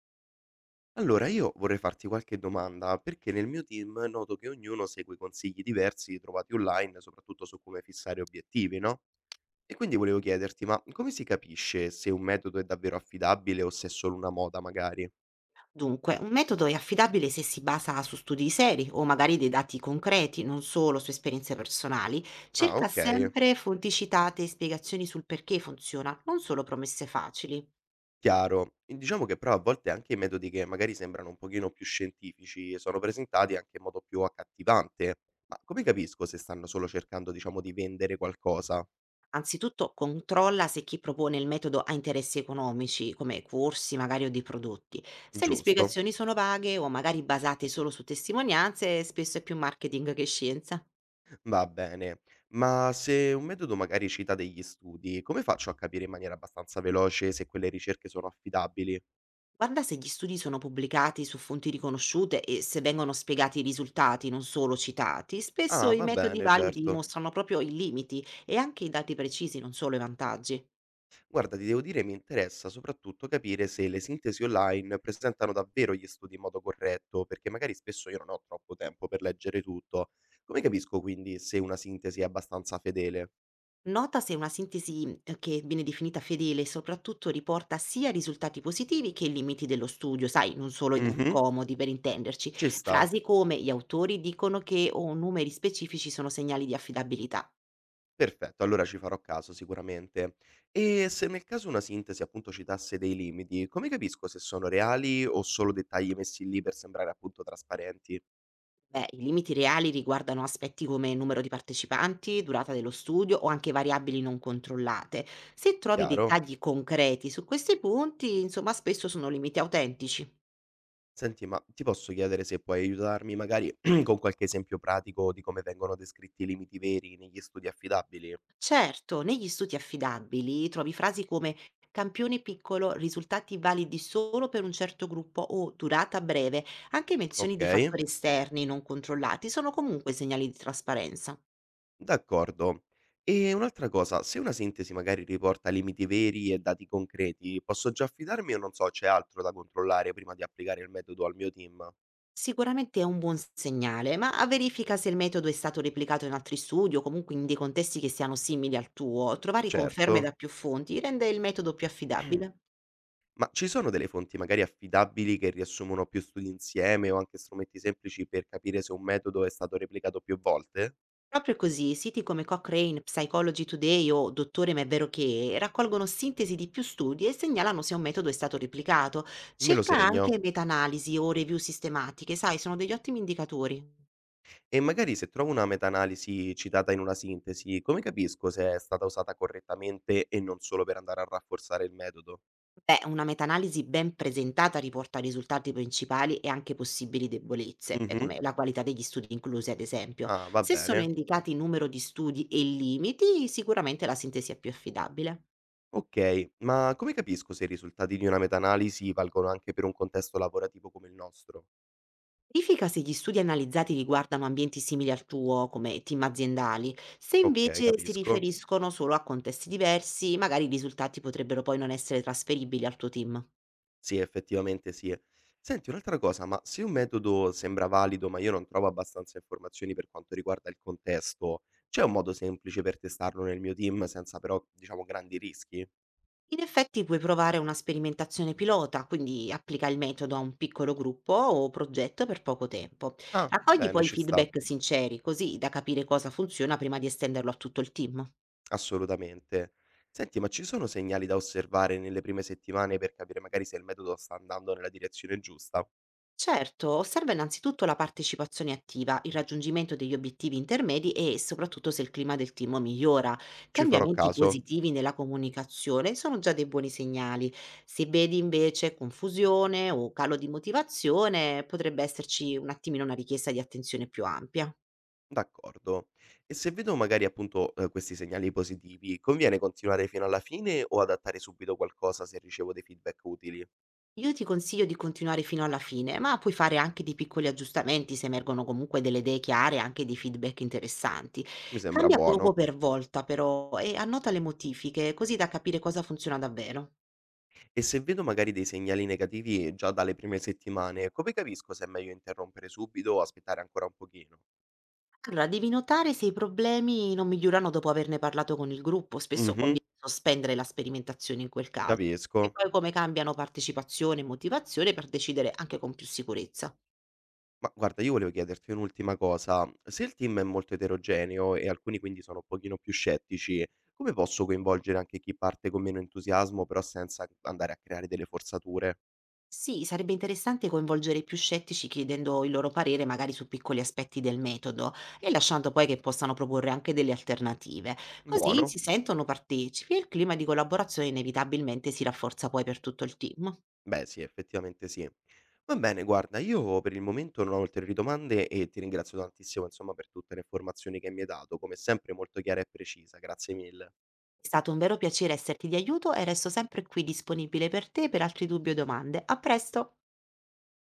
Allora, io vorrei farti qualche domanda, perché nel mio team noto che ognuno segue consigli diversi trovati online, soprattutto su come fissare obiettivi, no? E quindi volevo chiederti, ma come si capisce se un metodo è davvero affidabile o se è solo una moda, magari? Dunque, un metodo è affidabile se si basa su studi seri o magari dei dati concreti, non solo su esperienze personali. Ah, Cerca ok, sempre fonti citate e spiegazioni sul perché funziona, non solo promesse facili. chiaro. E diciamo che però a volte anche i metodi che magari sembrano un pochino più scientifici sono presentati anche in modo più accattivante. Ma come capisco se stanno solo cercando, diciamo, di vendere qualcosa? Anzitutto controlla se chi propone il metodo ha interessi economici, come corsi magari o dei prodotti. Se le Giusto? spiegazioni sono vaghe o magari basate solo su testimonianze, spesso è più marketing che scienza. Va bene, ma se un metodo magari cita degli studi, come faccio a capire in maniera abbastanza veloce se quelle ricerche sono affidabili? Guarda se gli studi sono pubblicati su fonti riconosciute e se vengono spiegati i risultati, non solo citati, spesso Ah, i va metodi bene, validi certo. mostrano proprio i limiti e anche i dati precisi, non solo i vantaggi. Guarda, ti devo dire, mi interessa soprattutto capire se le sintesi online presentano davvero gli studi in modo corretto, perché magari spesso io non ho troppo tempo per leggere tutto. Come capisco quindi se una sintesi è abbastanza fedele? Nota se una sintesi che viene definita fedele soprattutto riporta sia i risultati positivi che i limiti dello studio, sai, non solo i dati Mhm, comodi per intenderci. ci sta. Frasi come gli autori dicono che o numeri specifici sono segnali di affidabilità. Perfetto, allora ci farò caso sicuramente. E se nel caso una sintesi appunto citasse dei limiti, come capisco se sono reali o solo dettagli messi lì per sembrare appunto trasparenti? Beh, i limiti reali riguardano aspetti come numero di partecipanti, durata dello studio o anche variabili non controllate. Se trovi Chiaro? dettagli concreti su questi punti, insomma, spesso sono limiti autentici. Senti, ma ti posso chiedere se puoi aiutarmi magari con qualche esempio pratico di come vengono descritti i limiti veri negli studi affidabili? Certo, negli studi affidabili trovi frasi come campione piccolo, risultati validi solo per un certo gruppo o durata breve, anche menzioni Ok? di fattori esterni non controllati sono comunque segnali di trasparenza. D'accordo. E un'altra cosa, se una sintesi magari riporta limiti veri e dati concreti, posso già affidarmi o non so, c'è altro da controllare prima di applicare il metodo al mio team? Sicuramente è un buon segnale, ma a verifica se il metodo è stato replicato in altri studi o comunque in dei contesti che siano simili al tuo. Trovare conferme da Certo, più fonti rende il metodo più affidabile. ma ci sono delle fonti magari affidabili che riassumono più studi insieme o anche strumenti semplici per capire se un metodo è stato replicato più volte? Proprio così, siti come Cochrane, Psychology Today o Dottore Ma è vero che raccolgono sintesi di più studi e segnalano se un metodo è stato replicato. Me lo Cerca segno. anche meta-analisi o review sistematiche, sai, sono degli ottimi indicatori. E magari se trovo una meta-analisi citata in una sintesi, come capisco se è stata usata correttamente e non solo per andare a rafforzare il metodo? Beh, una meta-analisi ben presentata riporta risultati principali e anche possibili debolezze, Mhm. come la qualità degli studi inclusi, ad esempio. Ah, va Se sono bene. indicati numero di studi e limiti, sicuramente la sintesi è più affidabile. Ok, ma come capisco se i risultati di una meta-analisi valgono anche per un contesto lavorativo come il nostro? Verifica se gli studi analizzati riguardano ambienti simili al tuo, come team aziendali. Se Ok, invece si capisco. riferiscono solo a contesti diversi, magari i risultati potrebbero poi non essere trasferibili al tuo team. Sì, effettivamente sì. Senti un'altra cosa, ma se un metodo sembra valido, ma io non trovo abbastanza informazioni per quanto riguarda il contesto, c'è un modo semplice per testarlo nel mio team senza però, diciamo, grandi rischi? In effetti puoi provare una sperimentazione pilota, quindi applica il metodo a un piccolo gruppo o progetto per poco tempo. Ah, Raccogli bene, poi ci sta, feedback sinceri, così da capire cosa funziona prima di estenderlo a tutto il team. assolutamente. Senti, ma ci sono segnali da osservare nelle prime settimane per capire magari se il metodo sta andando nella direzione giusta? Certo, osserva innanzitutto la partecipazione attiva, il raggiungimento degli obiettivi intermedi e soprattutto se il clima del team migliora. Ci farò Cambiamenti caso. positivi nella comunicazione sono già dei buoni segnali. Se vedi invece confusione o calo di motivazione, potrebbe esserci un attimino una richiesta di attenzione più ampia. D'accordo. E se vedo magari appunto, questi segnali positivi, conviene continuare fino alla fine o adattare subito qualcosa se ricevo dei feedback utili? Io ti consiglio di continuare fino alla fine, ma puoi fare anche dei piccoli aggiustamenti se emergono comunque delle idee chiare e anche dei feedback interessanti. Mi sembra Cambia poco buono. per volta però e annota le modifiche così da capire cosa funziona davvero. E se vedo magari dei segnali negativi già dalle prime settimane, come capisco se è meglio interrompere subito o aspettare ancora un pochino? Allora, devi notare se i problemi non migliorano dopo averne parlato con il gruppo, spesso Mh-mh, conviene sospendere la sperimentazione in quel caso. E capisco. poi come cambiano partecipazione e motivazione per decidere anche con più sicurezza. Ma guarda, io volevo chiederti un'ultima cosa. Se il team è molto eterogeneo e alcuni quindi sono un pochino più scettici, come posso coinvolgere anche chi parte con meno entusiasmo, però senza andare a creare delle forzature? Sì, sarebbe interessante coinvolgere i più scettici chiedendo il loro parere magari su piccoli aspetti del metodo e lasciando poi che possano proporre anche delle alternative. Così si Buono? sentono partecipi e il clima di collaborazione inevitabilmente si rafforza poi per tutto il team. Beh sì, effettivamente sì. Va bene, guarda, io per il momento non ho ulteriori domande e ti ringrazio tantissimo, insomma, per tutte le informazioni che mi hai dato, come sempre molto chiara e precisa. Grazie mille. È stato un vero piacere esserti di aiuto e resto sempre qui disponibile per te per altri dubbi o domande. A presto!